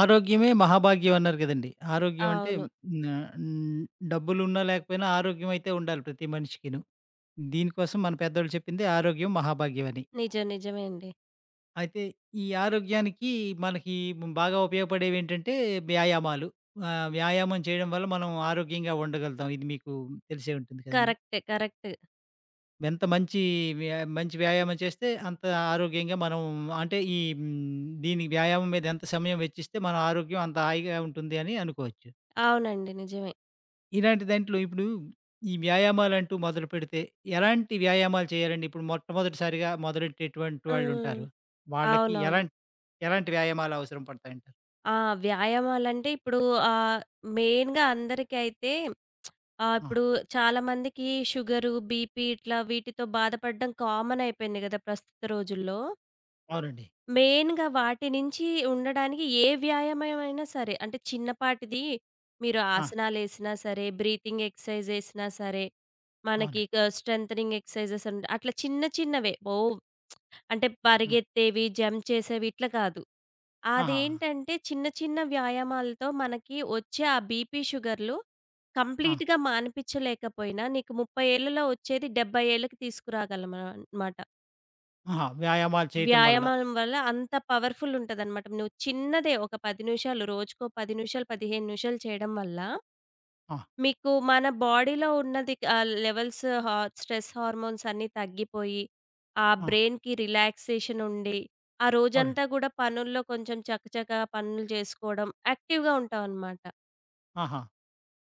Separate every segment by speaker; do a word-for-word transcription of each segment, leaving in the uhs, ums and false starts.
Speaker 1: ఆరోగ్యమే మహాభాగ్యం అన్నారు కదండీ! ఆరోగ్యం అంటే
Speaker 2: అవును.
Speaker 1: హ్మ్. ఆహ్, డబ్బులున్నా లేకపోయినా ఆరోగ్యం అయితే ఉండాలి ప్రతి మనిషికిను. దీనికోసం మన పెద్దోళ్ళు చెప్పింది ఆరోగ్యం మహాభాగ్యం అని.
Speaker 2: నిజం. నిజమే అండి.
Speaker 1: అయితే ఈ ఆరోగ్యానికి మనకి బాగా ఉపయోగపడేవేంటంటే వ్యాయామాలు. ఆహ్, వ్యాయామం చేయడం వల్ల మనం ఆరోగ్యంగా ఉండగలుగుతాం. ఇది మీకు తెలిసే ఉంటుంది కదండీ!
Speaker 2: కరెక్టే. కరెక్ట్.
Speaker 1: ఎంత మంచి వ్యా మంచి వ్యాయామం చేస్తే అంత ఆరోగ్యంగా మనం అంటే ఈ హ్మ్, దీని వ్యాయామం మీద ఎంత సమయం వెచ్చిస్తే మన ఆరోగ్యం అంత హాయిగా ఉంటుంది అని అనుకోవచ్చు.
Speaker 2: అవునండి. నిజమే.
Speaker 1: ఇలాంటి దాంట్లో ఇప్పుడు ఈ వ్యాయామాలంటూ మొదలుపెడితే ఎలాంటి వ్యాయామాలు చేయాలండి? ఇప్పుడు మొట్టమొదటిసారిగా మొదలెట్టేటువంటి
Speaker 2: హ్మ్.
Speaker 1: వాళ్ళుంటారు. వాళ్ళకి
Speaker 2: అవునవును.
Speaker 1: ఎలాంటి ఎలాంటి వ్యాయామాలు అవసరం పడతాయంటారు?
Speaker 2: ఆ! వ్యాయామాలంటే ఇప్పుడు ఆహ్, మెయిన్‌గా అందరికి అయితే ఆహ్,
Speaker 1: ఆ!
Speaker 2: ఇప్పుడు చాలా మందికి షుగరు, బీపీ ఇట్లా వీటితో బాధపడడం కామన్ అయిపోయింది గదా! ప్రస్తుత రోజుల్లో.
Speaker 1: అవునండి.
Speaker 2: మెయిన్‌గా వాటి నుంచి ఉండడానికి ఏ వ్యాయామమైనా సరే, అంటే చిన్నపాటిది మీరు
Speaker 1: ఆ!
Speaker 2: ఆసనాలేసినా సరే, బ్రీతింగ్ ఎక్సర్‌సైజ్ ఏసినా సరే, మనకి
Speaker 1: అవునండి.
Speaker 2: క స్ట్రెంథెనింగ్ ఎక్సర్‌సైజెస్ అండ్ అట్లా చిన్న చిన్నవే. ఓహ్! అంటే
Speaker 1: ఆ!
Speaker 2: పరిగెత్తేవి, జంప్ చేసేవి ఇట్లా కాదు.
Speaker 1: ఆహా!
Speaker 2: అదేంటంటే చిన్న చిన్న వ్యాయామాలతో మనకి వచ్చే ఆ బీపీ షుగర్‌లు
Speaker 1: ఆ!
Speaker 2: కంప్లీట్‌గా మాన్పిచ్చలేకపోయినా, నీకు ముప్పై ఏళ్లలో వచ్చేది డెబ్భై ఏళ్ళకి తీసుకురాగలం అన మాట.
Speaker 1: ఆహా! వ్యాయామాలు చేయటం వల్ల.
Speaker 2: వ్యాయామం వల్ల అంత పవర్‌ఫుల్ ఉంటదనమాట. నువ్వు చిన్నదే ఒక పది నిమిషాలు, రోజుకో పది నిమిషాలు, పదిహేను నిమిషాలు చేయడం వల్ల
Speaker 1: ఆ!
Speaker 2: మీకు మన బాడీలో ఉన్నది ఆహ్, లెవెల్స్ హా స్ట్రెస్ హార్మోన్స్ అన్నీ తగ్గిపోయి, ఆ
Speaker 1: ఆ!
Speaker 2: బ్రెయిన్‌కి రిలాక్సేషన్ ఉండి, ఆ
Speaker 1: అవునండి.
Speaker 2: రోజంతా గూడా పనుల్లో కొంచెం చకచకా పనులు జేసుకోవడం, యాక్టివ్‌గా ఉంటావనమాట.
Speaker 1: ఆహా!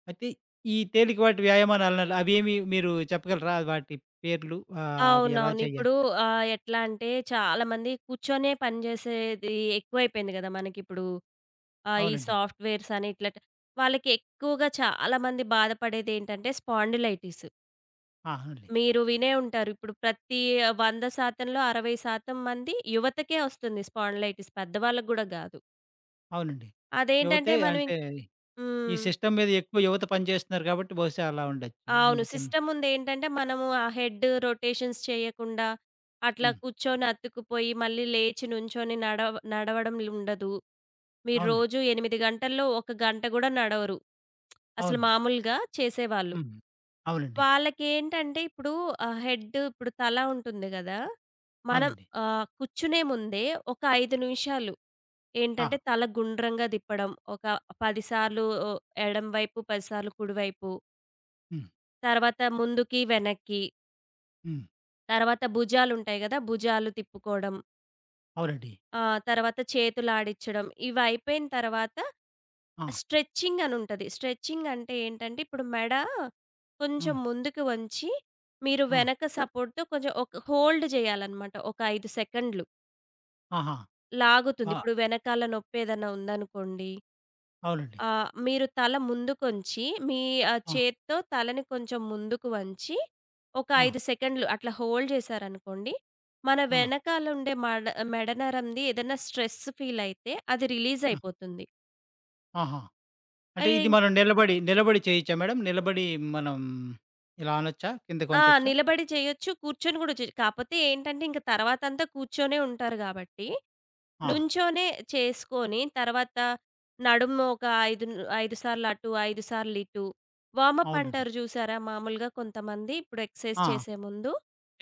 Speaker 1: అయితే ఈ తేలికపాటి వ్యాయామాలు అన్నారు. అవేమి మీరు చెప్పగలరా? వాటి పేర్లు, ఆహ్, అవి ఎలా
Speaker 2: అవునవును.
Speaker 1: చేయాలి?
Speaker 2: ఇప్పుడు ఆహ్, ఎట్లా అంటే చాలామంది కూర్చొనే పని జేసేది ఎక్కువైపోయింది గదా! మనకిప్పుడు. ఆ! ఈ
Speaker 1: అవునండి.
Speaker 2: సాఫ్ట్‌వేర్స్ అని ఇట్లా ట్ వాళ్ళకి ఎక్కువగా చాలామంది బాధపడేదేంటంటే స్పాండిలైటిస్.
Speaker 1: ఆ! అవునులే.
Speaker 2: మీరు వినే ఉంటారు. ఇప్పుడు ప్రతి వంద శాతం లో అరవై శాతం మంది యువతకే వస్తుంది స్పాండిలైటిస్, పెద్దవాళ్ళకి గూడా గాదు.
Speaker 1: అవునండి.
Speaker 2: అదేంటంటే
Speaker 1: యువతే
Speaker 2: మనం ఇం
Speaker 1: అంటే ఈ
Speaker 2: హ్మ్.
Speaker 1: సిస్టమ్ మీద ఎక్కువ యువత పనిచేస్తున్నారు కాబట్టి బహుశా అలా ఉండొచ్చు.
Speaker 2: అవును.
Speaker 1: అందుకని.
Speaker 2: సిస్టమ్ ముందేంటంటే మనము ఆ హెడ్ రొటేషన్స్ చేయకుండా అట్లా
Speaker 1: హ్మ్. హ్మ్.
Speaker 2: కూర్చొని అతుక్కుపోయి మళ్ళీ లేచి నుంచొని నడవ నడవడం ఉండదు. మీరు
Speaker 1: అవునండి.
Speaker 2: రోజు ఎనిమిది గంటల్లో ఒక గంట గూడా నడవరు. అసలు
Speaker 1: అవును.
Speaker 2: మామూలుగా చేసేవాళ్ళు.
Speaker 1: హ్మ్. అవునండి.
Speaker 2: వాళ్ళకేంటంటే ఇప్పుడు ఆహ్, హెడ్, ఇప్పుడు తల ఉంటుంది గదా! మనం
Speaker 1: అవునండి.
Speaker 2: ఆహ్, కూర్చునే ముందే ఒక ఐదు నిమిషాలు
Speaker 1: ఆ!
Speaker 2: ఏంటంటే తల గుండ్రంగా తిప్పడం. ఒక పది సార్లు ఓహ్, ఎడం వైపు, పది సార్లు కుడివైపు.
Speaker 1: హ్మ్.
Speaker 2: తర్వాత ముందుకి, వెనక్కి.
Speaker 1: హ్మ్.
Speaker 2: తర్వాత భుజాలుంటాయి గదా! భుజాలు తిప్పుకోవడం.
Speaker 1: అవునండి.
Speaker 2: ఆ! తర్వాత చేతులాడించడం. ఇవయిపోయిన తర్వాత
Speaker 1: ఆ!
Speaker 2: స్ట్రెచింగ్ అనుంటది. స్ట్రెచింగ్ అంటే ఏంటంటే, ఇప్పుడు మెడ కొంచెం
Speaker 1: హ్మ్.
Speaker 2: ముందుకు వంచి, మీరు
Speaker 1: ఆ!
Speaker 2: వెనక సపోర్ట్‌తో కొంచెం ఒక హోల్డ్ జేయాలనమాట. ఒక ఐదు సెకండ్‌లు
Speaker 1: ఆహా!
Speaker 2: లాగుతుంది.
Speaker 1: ఆ!
Speaker 2: ఇప్పుడు వెనకాల నొప్పేదన్నా ఉందనుకోండి,
Speaker 1: అవునండి.
Speaker 2: ఆ! మీరు తల ముందుకొంచి, మీ ఆహ్,
Speaker 1: ఆ!
Speaker 2: చేత్తో తలని కొంచెం ముందుకు వంచి, ఒక
Speaker 1: ఆ!
Speaker 2: ఐదు సెకండ్లు అట్లా హోల్డ్ చేశారనుకోండి, మన
Speaker 1: ఆ!
Speaker 2: వెనకాల ఉండే మడ మెడ నరంది ఏదైనా స్ట్రెస్ ఫీల్ అయితే అది రిలీజ్
Speaker 1: ఆ!
Speaker 2: అయిపోతుంది.
Speaker 1: ఆహా! అంటే
Speaker 2: అయ్
Speaker 1: ఇది మనం నిలబడి, నిలబడి చేయొచ్చా మేడం? నిలబడి మనం ఇలా అనొచ్చా? కిందకి
Speaker 2: ఆ!
Speaker 1: వంచొచ్చా?
Speaker 2: నిలబడి చేయొచ్చు. కూర్చొని గూడా చేయొచ్చు. కాపోతే ఏంటంటే, ఇంక తర్వాతంతా కూర్చొనే ఉంటారు గాబట్టి,
Speaker 1: ఆ!
Speaker 2: నుంచోనే చేసుకొని, తర్వాత నడుము ఒక ఐదు న్ ఐదు సార్లు అటు, ఐదు సార్లు ఇటు. వార్మప్
Speaker 1: అవునండి.
Speaker 2: అంటారు జూసారా? మామూలుగా కొంతమంది ఇప్పుడు ఎక్సర్‌సైజ్
Speaker 1: ఆ!
Speaker 2: చేసే ముందు,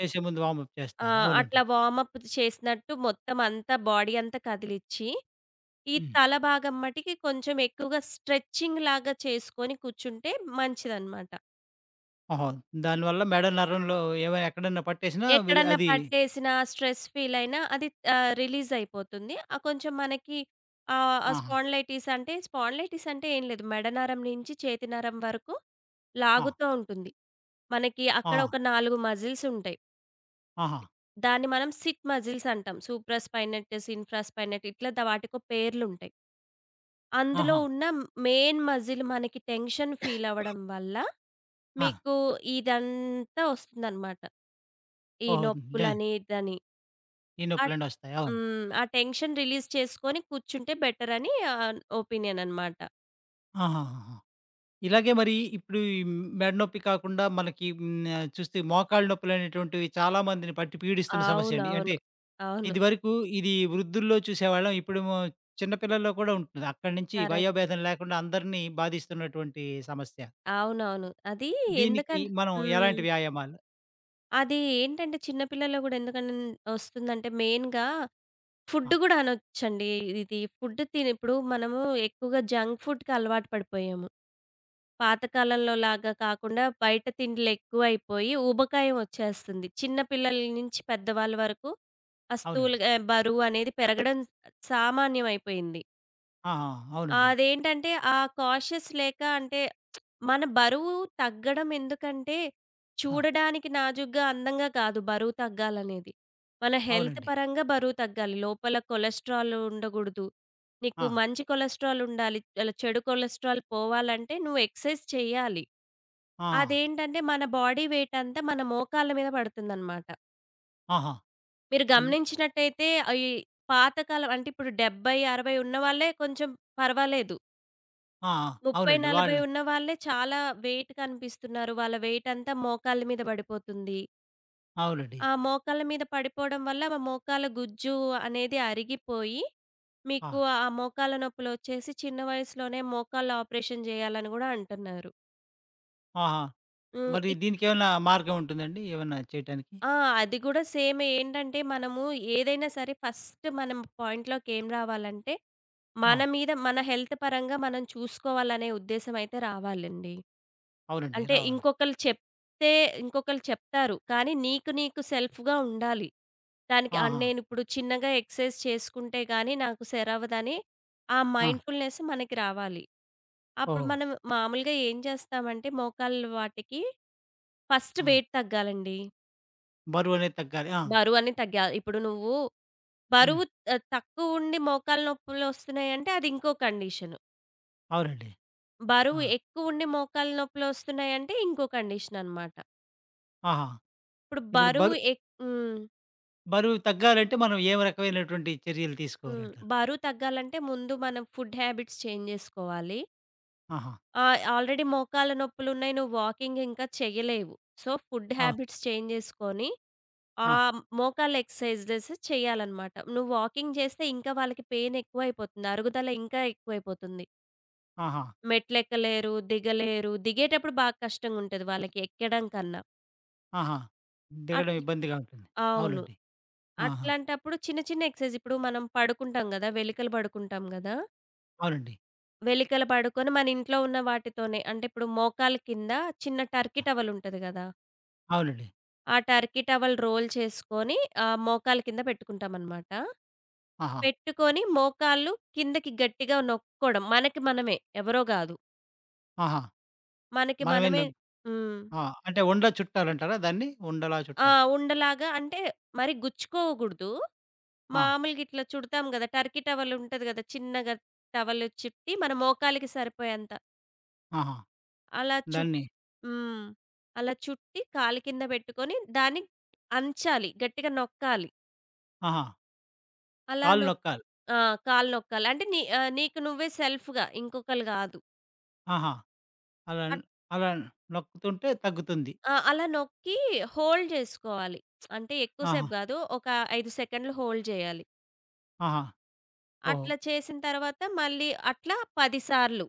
Speaker 1: చేసే ముందు వార్మప్
Speaker 2: ఆ!
Speaker 1: చేస్తారు. అవునండి.
Speaker 2: అట్లా వార్మప్ చేసినట్టు మొత్తం అంతా బాడీ అంతా కదిలిచ్చి, ఈ
Speaker 1: హ్మ్.
Speaker 2: తల భాగం మటికి కొంచెం ఎక్కువగా స్ట్రెచింగ్ లాగా చేసుకొని కూర్చుంటే మంచిదనమాట.
Speaker 1: ఓహో! దానివల్ల మెడ నరంలో ఏమైనా ఎక్కడన్నా పట్టేసినా విరి
Speaker 2: ఎక్కడన్నా
Speaker 1: అది
Speaker 2: పట్టేసినా, స్ట్రెస్ ఫీలయినా అది ఆహ్, రిలీజయిపోతుంది. ఆహ్, కొంచెం మనకి ఆహ్, ఆ
Speaker 1: ఆహా!
Speaker 2: స్పాండిలైటిస్ అంటే స్పాండిలైటిస్ అంటే ఏం లేదు. మెడ నరం నుంచి చేతి నరం వరకు
Speaker 1: ఆ!
Speaker 2: లాగుతూ ఉంటుంది. మనకి
Speaker 1: ఆ!
Speaker 2: అక్కడ ఒక నాలుగు మజిల్సుంటాయి.
Speaker 1: ఆహా!
Speaker 2: దాన్ని మనం సిట్ మజిల్స్ అంటాం. సూప్రాస్పైనటస్, ఇన్ఫ్రాస్పైనట్ ఇట్లా ద వాటికో పేర్లుంటాయి. అందులో
Speaker 1: ఆహా!
Speaker 2: ఉన్న మెయిన్ మజిల్ మనకి టెన్షన్ ఫీలవ్వడం వల్ల
Speaker 1: ఆ!
Speaker 2: మీకు ఇదంతా ఒస్తుందనమాట. ఈ
Speaker 1: ఓహో! దే
Speaker 2: నొప్పులని, ఇదని.
Speaker 1: ఈ
Speaker 2: ఆ
Speaker 1: నొప్పులన్నీ వస్తాయి. అవును.
Speaker 2: హ్మ్. ఆ టెన్షన్ రిలీజ్ చేసుకొని కూర్చుంటే బెటరని ఆహ్, ఒపీనియన్ అనమాట.
Speaker 1: ఆహాహాహా! ఇలాగే మరి ఇప్పుడు ఈ మెడ నొప్పి కాకుండా మనకి హ్మ్, ఆహ్, చూస్తే మోకాళ్ళ నొప్పులనేటువంటివి చాలా మందిని పట్టి పీడిస్తున్న సమస్య అండి. అంటే
Speaker 2: అవునవును. అవును.
Speaker 1: ఇదివరకు ఇది వృద్ధుల్లో చూసేవాళ్ళం. ఇప్పుడేమో చిన్న పిల్లల్లో కూడా ఉంటుంది. అక్కడి నుంచి
Speaker 2: కరెక్టే.
Speaker 1: వయోభేదం లేకుండా అందరినీ బాధిస్తున్నటువంటి సమస్య.
Speaker 2: అవునవును. అది
Speaker 1: దీనికి
Speaker 2: ఎందుకన్
Speaker 1: మనం
Speaker 2: హ్మ్.
Speaker 1: ఎలాంటి వ్యాయామాలు?
Speaker 2: అది ఏంటంటే చిన్న పిల్లల్లో గూడా ఎందుకని ఒస్తుందంటే మెయిన్‌గా
Speaker 1: ఆ!
Speaker 2: ఫుడ్ గూడా అనొచ్చండి. ఇది ఫుడ్ తిని ఇప్పుడు మనము ఎక్కువగా జంక్ ఫుడ్‌కి అలవాటు పడిపోయాము. పాత కాలంలో లాగా కాకుండా బయట తిండ్లెక్కువైపోయి ఊబకాయం ఒచ్చేస్తుంది. చిన్న పిల్లల నుంచి పెద్దవాళ్ళ వరకు ఆ స్థూల
Speaker 1: అవునండి.
Speaker 2: ఆహ్, బరువనేది పెరగడం సామాన్యమైపోయింది.
Speaker 1: ఆహా! అవునండి.
Speaker 2: అదేంటంటే, ఆ కాషియస్ లేక అంటే మన బరువు తగ్గడం ఎందుకంటే,
Speaker 1: ఆ!
Speaker 2: చూడడానికి నాజూగ్గా, అందంగా కాదు బరువు తగ్గాలనేది. మన హెల్త్
Speaker 1: అవునండి.
Speaker 2: పరంగా బరువు తగ్గాలి. లోపల కొలెస్ట్రాల్ ఉండగూడదు. నీకు
Speaker 1: ఆ!
Speaker 2: మంచి కొలెస్ట్రాల్ ఉండాలి. అలా చెడు కొలెస్ట్రాల్ పోవాలంటే నువ్వు ఎక్సర్సైజ్ చెయ్యాలి.
Speaker 1: ఆ!
Speaker 2: అదేంటంటే, మన బాడీ వెయిట్ అంతా మన మోకాళ్ళ మీద పడుతుందనమాట.
Speaker 1: ఆహా!
Speaker 2: మీరు
Speaker 1: హ్మ్.
Speaker 2: గమనించినట్టయితే, అయి పాతకాలం అంటే ఇప్పుడు డెబ్భై, అరవై ఉన్నవాళ్ళే కొంచెం పర్వాలేదు.
Speaker 1: ఆ! ఆ!
Speaker 2: ముప్పై,
Speaker 1: అవునండి.
Speaker 2: నలభై
Speaker 1: వాళ్ళు
Speaker 2: ఉన్న వాళ్ళే చాలా వెయిట్ కనిపిస్తున్నారు. వాళ్ళ వెయిట్ అంతా మోకాళ్ళ మీద పడిపోతుంది.
Speaker 1: అవునండి.
Speaker 2: ఆ మోకాళ్ళ మీద పడిపోవడం వల్ల మా మోకాళ్ళ గుజ్జు అనేది అరిగిపోయి,
Speaker 1: ఆ!
Speaker 2: మీకు ఆ మోకాళ్ళ నొప్పులొచ్చేసి చిన్న వయసులోనే మోకాళ్ళ ఆపరేషన్ చేయాలని గూడా అంటున్నారు.
Speaker 1: ఆహా!
Speaker 2: హ్మ్.
Speaker 1: మరి
Speaker 2: ఇట్
Speaker 1: దీనికేమన్నా మార్గం ఉంటుందండి? ఏమన్నా చేయటానికి?
Speaker 2: ఆ! అది గూడా సేమే. ఏంటంటే మనము ఏదైనా సరే ఫస్ట్ మనం పాయింట్‌లోకి ఏం రావాలంటే, మన
Speaker 1: ఆ!
Speaker 2: మీద మన హెల్త్ పరంగా మనం చూసుకోవాలనే ఉద్దేశ్యం అయితే రావాలండి.
Speaker 1: అవునండి.
Speaker 2: అంటే
Speaker 1: రావాలి.
Speaker 2: ఇంకొకళ్ళు చెప్తే ఇంకొకళ్ళు చెప్తారు. కానీ నీకు నీకు సెల్ఫ్‌గా ఉండాలి. దానికి ఆహ్,
Speaker 1: ఆహా!
Speaker 2: నేనిప్పుడు చిన్నగా ఎక్సర్‌సైజ్ చేసుకుంటే గాని నాకు సెరవ్వదని ఆ
Speaker 1: ఆ!
Speaker 2: మైండ్‌ఫుల్‌నెస్ మనకి రావాలి. అప్పుడు
Speaker 1: ఓహో!
Speaker 2: మనం మామూలుగా ఏం చేస్తామంటే మోకాళ్ళ వాటికి ఫస్ట్
Speaker 1: ఆ!
Speaker 2: వెయిట్ తగ్గాలండి.
Speaker 1: బరువనేది తగ్గాలి. ఆ!
Speaker 2: బరువని తగ్గాలి. ఇప్పుడు నువ్వు
Speaker 1: హ్మ్.
Speaker 2: బరువు ఆహ్, తక్కువుండి మోకాళ్ళ నొప్పులొస్తున్నాయంటే అది ఇంకో కండిషన్.
Speaker 1: అవునండి.
Speaker 2: బరువు
Speaker 1: ఆ!
Speaker 2: ఎక్కువుండి మోకాళ్ళ నొప్పులొస్తున్నాయంటే ఇంకో కండిషన్ అనమాట.
Speaker 1: ఆహా!
Speaker 2: ఇప్పుడు
Speaker 1: ఇప్పుడు
Speaker 2: బరువు
Speaker 1: బరు
Speaker 2: ఎక్ హ్మ్.
Speaker 1: బరువు తగ్గాలంటే మనం ఏ రకమైనటువంటి చర్యలు
Speaker 2: హ్మ్.
Speaker 1: తీసుకోవాలంటారు?
Speaker 2: బరువు తగ్గాలంటే ముందు మనం ఫుడ్ హ్యాబిట్స్ చేంజ్ జేసుకోవాలి.
Speaker 1: ఆహా!
Speaker 2: ఆహ్, ఆల్రెడీ మోకాళ్ళ నొప్పులున్నాయి. నువ్వు వాకింగ్ ఇంకా చేయలేవు. సో, ఫుడ్
Speaker 1: ఆ!
Speaker 2: హ్యాబిట్స్ చేంజ్ జేసుకొని
Speaker 1: ఆ!
Speaker 2: ఆహ్, మోకాళ్ళ ఎక్సర్‌సైజెస్ చేయాలనమాట. నువ్వు వాకింగ్ చేస్తే ఇంకా వాళ్ళకి పెయిన్ ఎక్కువైపోతుంది. అరుగుదల ఇంకా ఎక్కువైపోతుంది.
Speaker 1: ఆహా!
Speaker 2: మెట్లెక్కలేరు, దిగలేరు. దిగేటప్పుడు బాగా కష్టంగుంటది వాళ్ళకి ఎక్కడం కన్నా.
Speaker 1: ఆహా! దిగడం
Speaker 2: అట్లా
Speaker 1: ఇబ్బందిగా ఉంటుంది.
Speaker 2: అవును.
Speaker 1: అవునండి. ఆహా!
Speaker 2: అట్లాంటప్పుడు చిన్న చిన్న ఎక్సర్‌సైజ్, ఇప్పుడు మనం పడుకుంటాం గదా! వెలికలు పడుకుంటాం గదా!
Speaker 1: అవునండి.
Speaker 2: వెలికల పడుకొని మన ఇంట్లో ఉన్న వాటితోనే, అంటే ఇప్పుడు మోకాళ్ళ కింద చిన్న టర్కీ
Speaker 1: ఆ!
Speaker 2: టవల్ ఉంటది గదా!
Speaker 1: అవునండి.
Speaker 2: ఆ టర్కీ టవల్ రోల్ చేసుకొని ఆహ్, మోకాళ్ళ కింద పెట్టుకుంటామనమాట.
Speaker 1: ఆహా!
Speaker 2: పెట్టుకొని మోకాళ్ళు కిందకి గట్టిగా నొక్కోవడం. మనకి మనమే, ఎవరో గాదు.
Speaker 1: ఆహా!
Speaker 2: మనకి
Speaker 1: మనమే
Speaker 2: మనమే
Speaker 1: ను.
Speaker 2: హ్మ్.
Speaker 1: ఆ! అంటే ఉండ చుట్టాలంటారా దాన్ని? ఉండలా
Speaker 2: ఆ!
Speaker 1: చుట్టాలి.
Speaker 2: ఉండలాగా అంటే మరి గుచ్చుకోకూడదు.
Speaker 1: ఆ!
Speaker 2: మామూలుగా ఇట్లా చుడతాం గదా! టర్కీ టవల్ ఉంటది గదా! చిన్నగా టవల్ చుట్టి మన మోకాలికి సరిపోయేంత
Speaker 1: ఆహా!
Speaker 2: అలా చుట్
Speaker 1: దాన్ని
Speaker 2: హ్మ్. అలా చుట్టి కాలు కింద పెట్టుకొని దాన్ని అంచాలి. గట్టిగా నొక్కాలి.
Speaker 1: ఆహా!
Speaker 2: అలా
Speaker 1: కాళ్ళు
Speaker 2: నొక్
Speaker 1: నొక్కాలి.
Speaker 2: ఆ! కాలు నొక్కాలి. అంటే నీ ఆహ్, నీకు నువ్వే సెల్ఫ్‌గా, ఇంకొకళ్ళు గాదు.
Speaker 1: ఆహా! అలా
Speaker 2: అట్
Speaker 1: అలా నొక్కుతుంటే తగ్గుతుంది.
Speaker 2: ఆ! అలా నొక్కి హోల్డ్ జేసుకోవాలి. అంటే ఎక్కువ
Speaker 1: ఆహా!
Speaker 2: సేపు గాదు. ఒక ఐదు సెకండ్‌లు హోల్డ్ జేయాలి.
Speaker 1: ఆహా! ఓహో!
Speaker 2: అట్లా చేసిన తర్వాత మళ్ళీ అట్లా పది సార్లు.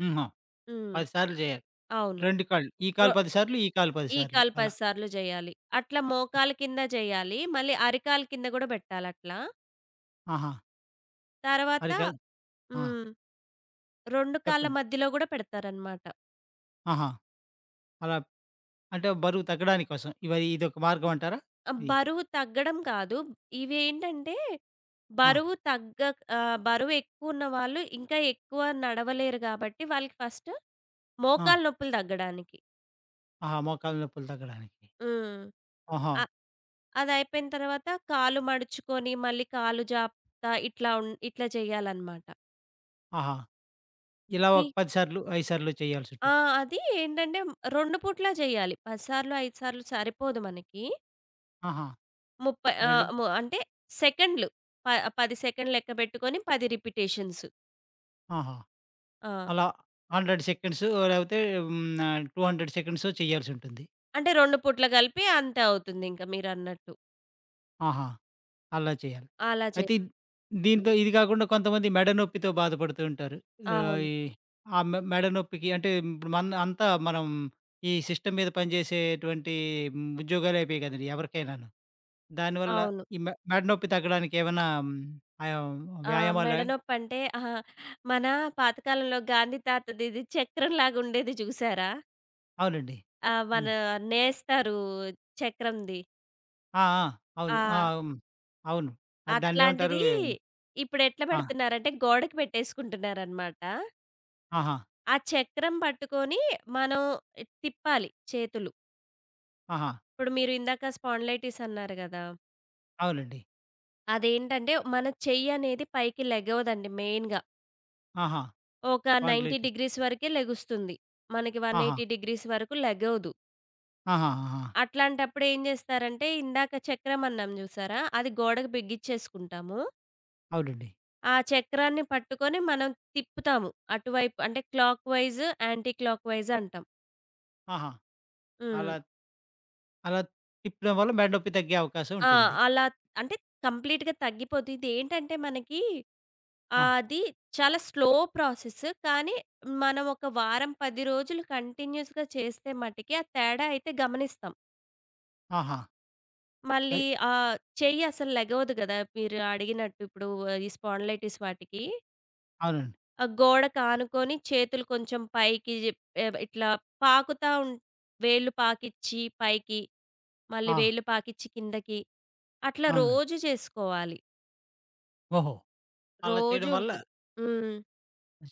Speaker 1: హుహు.
Speaker 2: హ్మ్.
Speaker 1: పది సార్లు చేయాలి.
Speaker 2: అవును.
Speaker 1: రెండు కాళ్ళు. ఈ
Speaker 2: రొ
Speaker 1: కాలు పది సార్లు, ఈ కాలు పది
Speaker 2: ఈ
Speaker 1: సార్లు
Speaker 2: కాలు పది
Speaker 1: అలా.
Speaker 2: సార్లు జేయాలి. అట్లా మోకాలు కింద జేయాలి. మళ్ళీ అరికాలు కింద గూడా బెట్టాలట్లా.
Speaker 1: ఆహా!
Speaker 2: తర్వాత
Speaker 1: అరికాలు ఆ!
Speaker 2: హ్మ్. రెండు కాళ్ళ
Speaker 1: చెప్పండి.
Speaker 2: మధ్యలో గూడా పెడతారనమాట.
Speaker 1: ఆహా! అలా అంటే బరువు తగ్గడానికి కోసం. ఇవ ఇదొక మార్గం అంటారా?
Speaker 2: ఆహ్,
Speaker 1: ఇది.
Speaker 2: బరువు తగ్గడం కాదు. ఇవేంటంటే
Speaker 1: ఆ!
Speaker 2: బరువు తగ్గక్ ఆహ్, బరువెక్కువున్న వాళ్ళు ఇంకా ఎక్కువ నడవలేరు గాబట్టి, వాళ్ళకి ఫస్ట్
Speaker 1: ఆ!
Speaker 2: మోకాళ్ళ నొప్పులు తగ్గడానికి.
Speaker 1: ఆహా! మోకాళ్ళ నొప్పులు తగ్గడానికి.
Speaker 2: హ్మ్.
Speaker 1: ఆహా!
Speaker 2: అ అదయిపోయిన తర్వాత కాలు మడుచుకొని, మళ్ళీ కాలు జాపుతా ఇట్లా ఉన్ ఇట్లా చేయాలనమాట.
Speaker 1: ఆహా! ఇలా
Speaker 2: మీ
Speaker 1: ఒక పది సార్లు, ఐదు సార్లు
Speaker 2: ఆ!
Speaker 1: చేయాల్సుంటుంది.
Speaker 2: అది ఏంటంటే రెండు పూట్లా జేయాలి. పది సార్లు, ఐదు సార్లు సరిపోదు మనకి.
Speaker 1: ఆహా!
Speaker 2: ముప్పై
Speaker 1: రెండు
Speaker 2: ఆహ్, ము అంటే సెకండ్‌లు. ప పది సెకండ్‌లు లెక్క పెట్టుకొని పది రిపిటేషన్స్.
Speaker 1: ఆహా!
Speaker 2: ఆ!
Speaker 1: అలా వంద సెకండ్స్ లేకపోతే హ్మ్. ఆహ్, రెండు వందల సెకండ్సో చేయాల్సుంటుంది.
Speaker 2: అంటే రెండు పూట్ల కలిపి అంతే అవుతుందింక మీరన్నట్టు.
Speaker 1: ఆహా! అలా చేయాలి.
Speaker 2: అలా
Speaker 1: అయితే ఇద్-
Speaker 2: చేస్తాం.
Speaker 1: దీంతో ఇది కాకుండా కొంతమంది మెడ నొప్పితో బాధపడుతూ ఉంటారు. ఆహ్,
Speaker 2: అవును.
Speaker 1: ఈ ఆ మె మెడ నొప్పికి అంటే ఇప్పుడు మన అంతా మనం ఈ సిస్టమ్ మీద పనిచేసేటువంటి మ్, ఉద్యోగాలు అయిపోయాయి కదండీ! ఎవరికైనాను. దానివల్ల
Speaker 2: అవును.
Speaker 1: ఈ మె మెడ నొప్పి తగ్గడానికి ఏమైనా హ్మ్, ఆహ్,
Speaker 2: ఆ!
Speaker 1: వ్యాయామాలు?
Speaker 2: మెడనొప్పంటే అహా! మన పాతకాలంలో గాంధీ తాతది ఇది చక్రంలాగా ఉండేది చూసారా?
Speaker 1: అవునండి.
Speaker 2: ఆ! మన
Speaker 1: హ్మ్.
Speaker 2: నేస్తారు చక్రంది.
Speaker 1: ఆ! ఆ! అవును.
Speaker 2: ఆ!
Speaker 1: ఆ! హ్మ్. అవును. అది
Speaker 2: అట్లాంటిది
Speaker 1: దాన్నేమంటారు?
Speaker 2: ఇప్పుడెట్లా
Speaker 1: ఆ!
Speaker 2: పెడుతున్నారంటే గోడకి పెట్టేసుకుంటున్నారనమాట.
Speaker 1: ఆహా!
Speaker 2: ఆ చక్రం పట్టుకొని మనం తిప్పాలి చేతులు.
Speaker 1: ఆహా!
Speaker 2: ఇప్పుడు మీరు ఇందాక స్పాండిలైటిస్ అన్నారు గదా!
Speaker 1: అవునండి.
Speaker 2: అదేంటంటే మన చెయ్యి అనేది పైకి లెగవదండి మెయిన్‌గా.
Speaker 1: ఆహా!
Speaker 2: ఒక తొంభై
Speaker 1: స్పాండిలైటిస్.
Speaker 2: డిగ్రీస్ వరకే లెగుస్తుంది. మనకి
Speaker 1: ఆహా!
Speaker 2: నూట ఎనభై డిగ్రీస్ వరకు లెగవదు.
Speaker 1: ఆహాహాహా!
Speaker 2: అట్లాంటప్పుడు ఏం జేస్తారంటే ఇందాక చక్రం అన్నాం జూసారా? అది గోడకు బిగించేసుకుంటాము.
Speaker 1: అవునండి.
Speaker 2: ఆ చక్రాన్ని పట్టుకొని మనం తిప్పుతాము. అటువైపు అంటే క్లాక్‌వైస్, యాంటీ క్లాక్‌వైస్ అంటాం.
Speaker 1: ఆహా!
Speaker 2: హ్మ్.
Speaker 1: అలా అలా తిప్పడం వల్ల మెడ నొప్పి తగ్గే అవకాశం
Speaker 2: ఆ!
Speaker 1: ఉంటుంది.
Speaker 2: అలా అంటే కంప్లీట్‌గా తగ్గిపోద్ది. ఇదేంటంటే మనకి
Speaker 1: ఆ!
Speaker 2: ఆహ్, అది చాలా స్లో ప్రాసెస్. కానీ మనం ఒక వారం, పది రోజులు కంటిన్యూయస్‌గా చేస్తే మటికి ఆ తేడా అయితే గమనిస్తాం.
Speaker 1: ఆహా!
Speaker 2: మళ్ళీ
Speaker 1: అయి
Speaker 2: ఆహ్, చెయ్యి అసలు లెగవదు గదా! మీరు అడిగినట్టు ఇప్పుడు ఈ స్పాండిలైటిస్ వాటికి.
Speaker 1: అవునండి.
Speaker 2: ఆ గోడకు ఆనుకొని చేతులు కొంచెం పైకి ఆహ్, ఇట్లా పాకుతా ఉం వేళ్ళు పాకిచ్చి పైకి, మళ్ళీ
Speaker 1: ఆ!
Speaker 2: వేళ్ళు పాకిచ్చి కిందకి అట్లా
Speaker 1: అవునండి.
Speaker 2: రోజు చేసుకోవాలి.
Speaker 1: ఓహో! అలా
Speaker 2: రోజు
Speaker 1: చేయడం వల్ల
Speaker 2: ఉంటది. హ్మ్.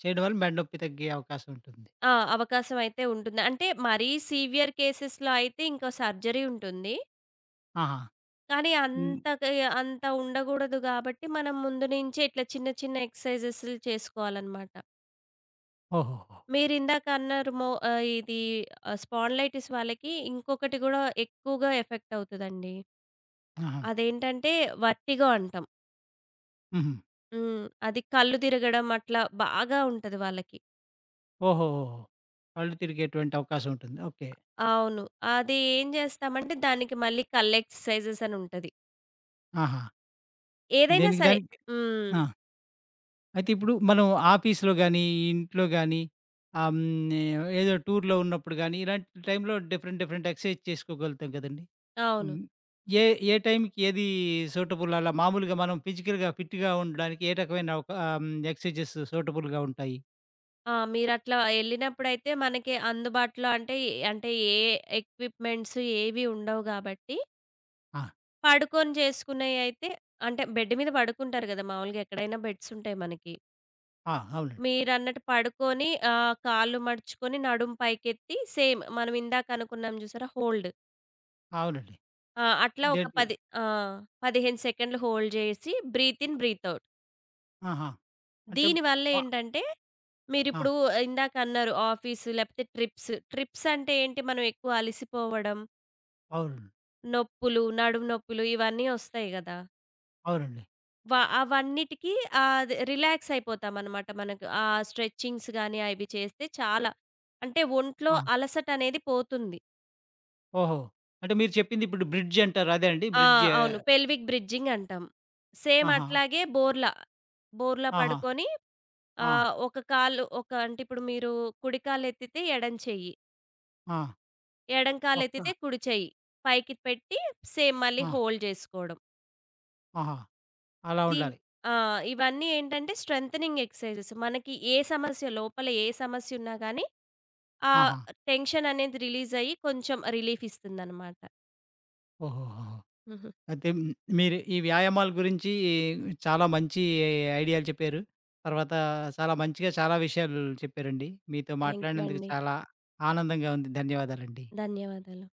Speaker 1: చేయడం వల్ల మెడ నొప్పి తగ్గే అవకాశం ఉంటుంది.
Speaker 2: ఆ! అవకాశం అయితే ఉంటుంది. అంటే మరీ సివియర్ కేసెస్‌లో అయితే ఇంకా సర్జరీ ఉంటుంది.
Speaker 1: ఆహా!
Speaker 2: కానీ
Speaker 1: హ్మ్.
Speaker 2: అంతకి అంత ఉండగూడదు గాబట్టి, మనం ముందు నుంచే ఇట్లా చిన్న చిన్న ఎక్సర్సైజెస్‌లు చేసుకోవాలనమాట.
Speaker 1: ఓహోహో!
Speaker 2: మీరిందాక అన్నారు మో ఆహ్, ఇది ఆహ్, స్పాండిలైటిస్ వాళ్ళకి ఇంకొకటి గూడా ఎక్కువగా ఎఫెక్ట్ అవుతదండి.
Speaker 1: ఆహా!
Speaker 2: అదేంటంటే వర్టిగో అంటాం.
Speaker 1: హుహు.
Speaker 2: హ్మ్. అది కళ్ళు తిరగడం అట్లా బాగా ఉంటది వాళ్ళకి.
Speaker 1: ఓహోహోహో! కళ్ళు తిరిగేటువంటి అవకాశం ఉంటుంది. ఓకే.
Speaker 2: అవును. అది ఏం జేస్తామంటే దానికి మళ్ళీ కళ్ళు ఎక్సర్‌సైజెస్ అని ఉంటది.
Speaker 1: ఆహా!
Speaker 2: ఏదైనా
Speaker 1: దేనికి
Speaker 2: సరే.
Speaker 1: దానికి
Speaker 2: హ్మ్.
Speaker 1: ఆ! అయితే ఇప్పుడు మనం ఆఫీస్‌లో గాని, ఇంట్లో గాని, ఆహ్, హ్మ్. ఏదో టూర్‌లో ఉన్నప్పుడు గాని, ఇలాంటి టైంలో డిఫరెంట్, డిఫరెంట్ ఎక్సర్సైజ్ చేసుకోగలుగుతాం కదండీ!
Speaker 2: అవును.
Speaker 1: హ్మ్. ఏ, ఏ టైంకి ఏది సూటబుల్, అలా మామూలుగా మనం ఫిజికల్‌గా ఫిట్‌గా ఉండడానికి ఏ రకమైన ఒక ఆహ్, హ్మ్, ఎక్సర్‌సైజెస్ సూటబుల్‌గా ఉంటాయి?
Speaker 2: ఆ! మీరట్లా ఎళ్ళినప్పుడైతే మనకి అందుబాటులో అంటే, ఏ- అంటే ఏ ఎక్విప్‌మెంట్స్ ఏవి ఉండవు గాబట్టి,
Speaker 1: ఆ!
Speaker 2: పడుకొని చేసుకునేయైతే అంటే బెడ్ మీద పడుకుంటారు గదా! మామూలుగా ఎక్కడైనా బెడ్స్ ఉంటాయి మనకి.
Speaker 1: ఆ! అవునండి.
Speaker 2: మీరన్నట్టు పడుకొని ఆహ్, కాళ్ళు మడుచుకొని నడుము పైకెత్తి, సేమ్ మనం ఇందాక అనుకున్నాం జూసారా? హోల్డ్.
Speaker 1: అవునండి.
Speaker 2: ఆ! అట్లా ఒక
Speaker 1: దేనికి
Speaker 2: పది ఆ! పదిహేను సెకండ్లు హోల్డ్ జేసి బ్రీత్ ఇన్, బ్రీత్ ఔట్.
Speaker 1: ఆహా! అంటే
Speaker 2: దీనివల్ల
Speaker 1: ప
Speaker 2: ఏంటంటే,
Speaker 1: ఆ!
Speaker 2: మీరిప్పుడు ఇందాకన్నారు ఆఫీసు లేపోతే ట్రిప్స్. ట్రిప్స్ అంటే ఏంటి? మనం ఎక్కువ అలిసిపోవడం,
Speaker 1: అవును.
Speaker 2: నొప్పులు, నడుము నొప్పులు ఇవన్నీ ఒస్తాయి గదా!
Speaker 1: అవునండి.
Speaker 2: వ అవన్నిటికి ఆహ్, అది రిలాక్స్ అయిపోతామనమాట. మనకు ఆ స్ట్రెచింగ్స్ గాని అవి చేస్తే చాలా, అంటే ఒంట్లో
Speaker 1: ఆ!
Speaker 2: అలసటనేది పోతుంది.
Speaker 1: ఓహో! అంటే మీరు చెప్పింది ఇప్పుడు బ్రిడ్జ్ అంటారు అదే అండి?
Speaker 2: ఆ!
Speaker 1: బ్రిడ్జ్?
Speaker 2: అవును. పెల్విక్ బ్రిడ్జింగ్ అంటాం. సేమ్
Speaker 1: ఆహా!
Speaker 2: అట్లాగే బోర్లా. బోర్లా
Speaker 1: ఆహా!
Speaker 2: పడుకొని
Speaker 1: ఆ!
Speaker 2: ఆహ్, ఒక కాలు ఒక అంటే ఇప్పుడు మీరు కుడి కాలెత్తితే ఎడం చెయ్యి.
Speaker 1: ఆ!
Speaker 2: ఎడం
Speaker 1: ఒక్క
Speaker 2: కాలెత్తితే కుడి చెయ్యి. పైకి పెట్టి సేమ్ మళ్ళీ
Speaker 1: ఆ!
Speaker 2: హోల్డ్ జేసుకోవడం.
Speaker 1: ఆహా! అలా
Speaker 2: ది
Speaker 1: ఉండాలి.
Speaker 2: ఆ! ఇవన్నీ ఏంటంటే స్ట్రెంథెనింగ్ ఎక్సర్‌సైజెస్. మనకి ఏ సమస్య, లోపల ఏ సమస్యున్నా గానీ, ఆ
Speaker 1: ఆహా!
Speaker 2: టెన్షన్ అనేది రిలీజ్ అయ్యి కొంచెం రిలీఫ్ ఇస్తుందనమాట.
Speaker 1: ఓహోహోహో!
Speaker 2: హుహు.
Speaker 1: అయితే హ్మ్. మీరు ఈ వ్యాయామాల గురించి చాలా మంచి ఐడియాలు చెప్పారు. తర్వాత చాలా మంచిగా చాలా విషయాలు చెప్పారండి. మీతో
Speaker 2: థాంక్ యూ
Speaker 1: మాట్లాడినందుకు
Speaker 2: అండి.
Speaker 1: చాలా ఆనందంగా ఉంది. ధన్యవాదాలండి.
Speaker 2: ధన్యవాదాలు.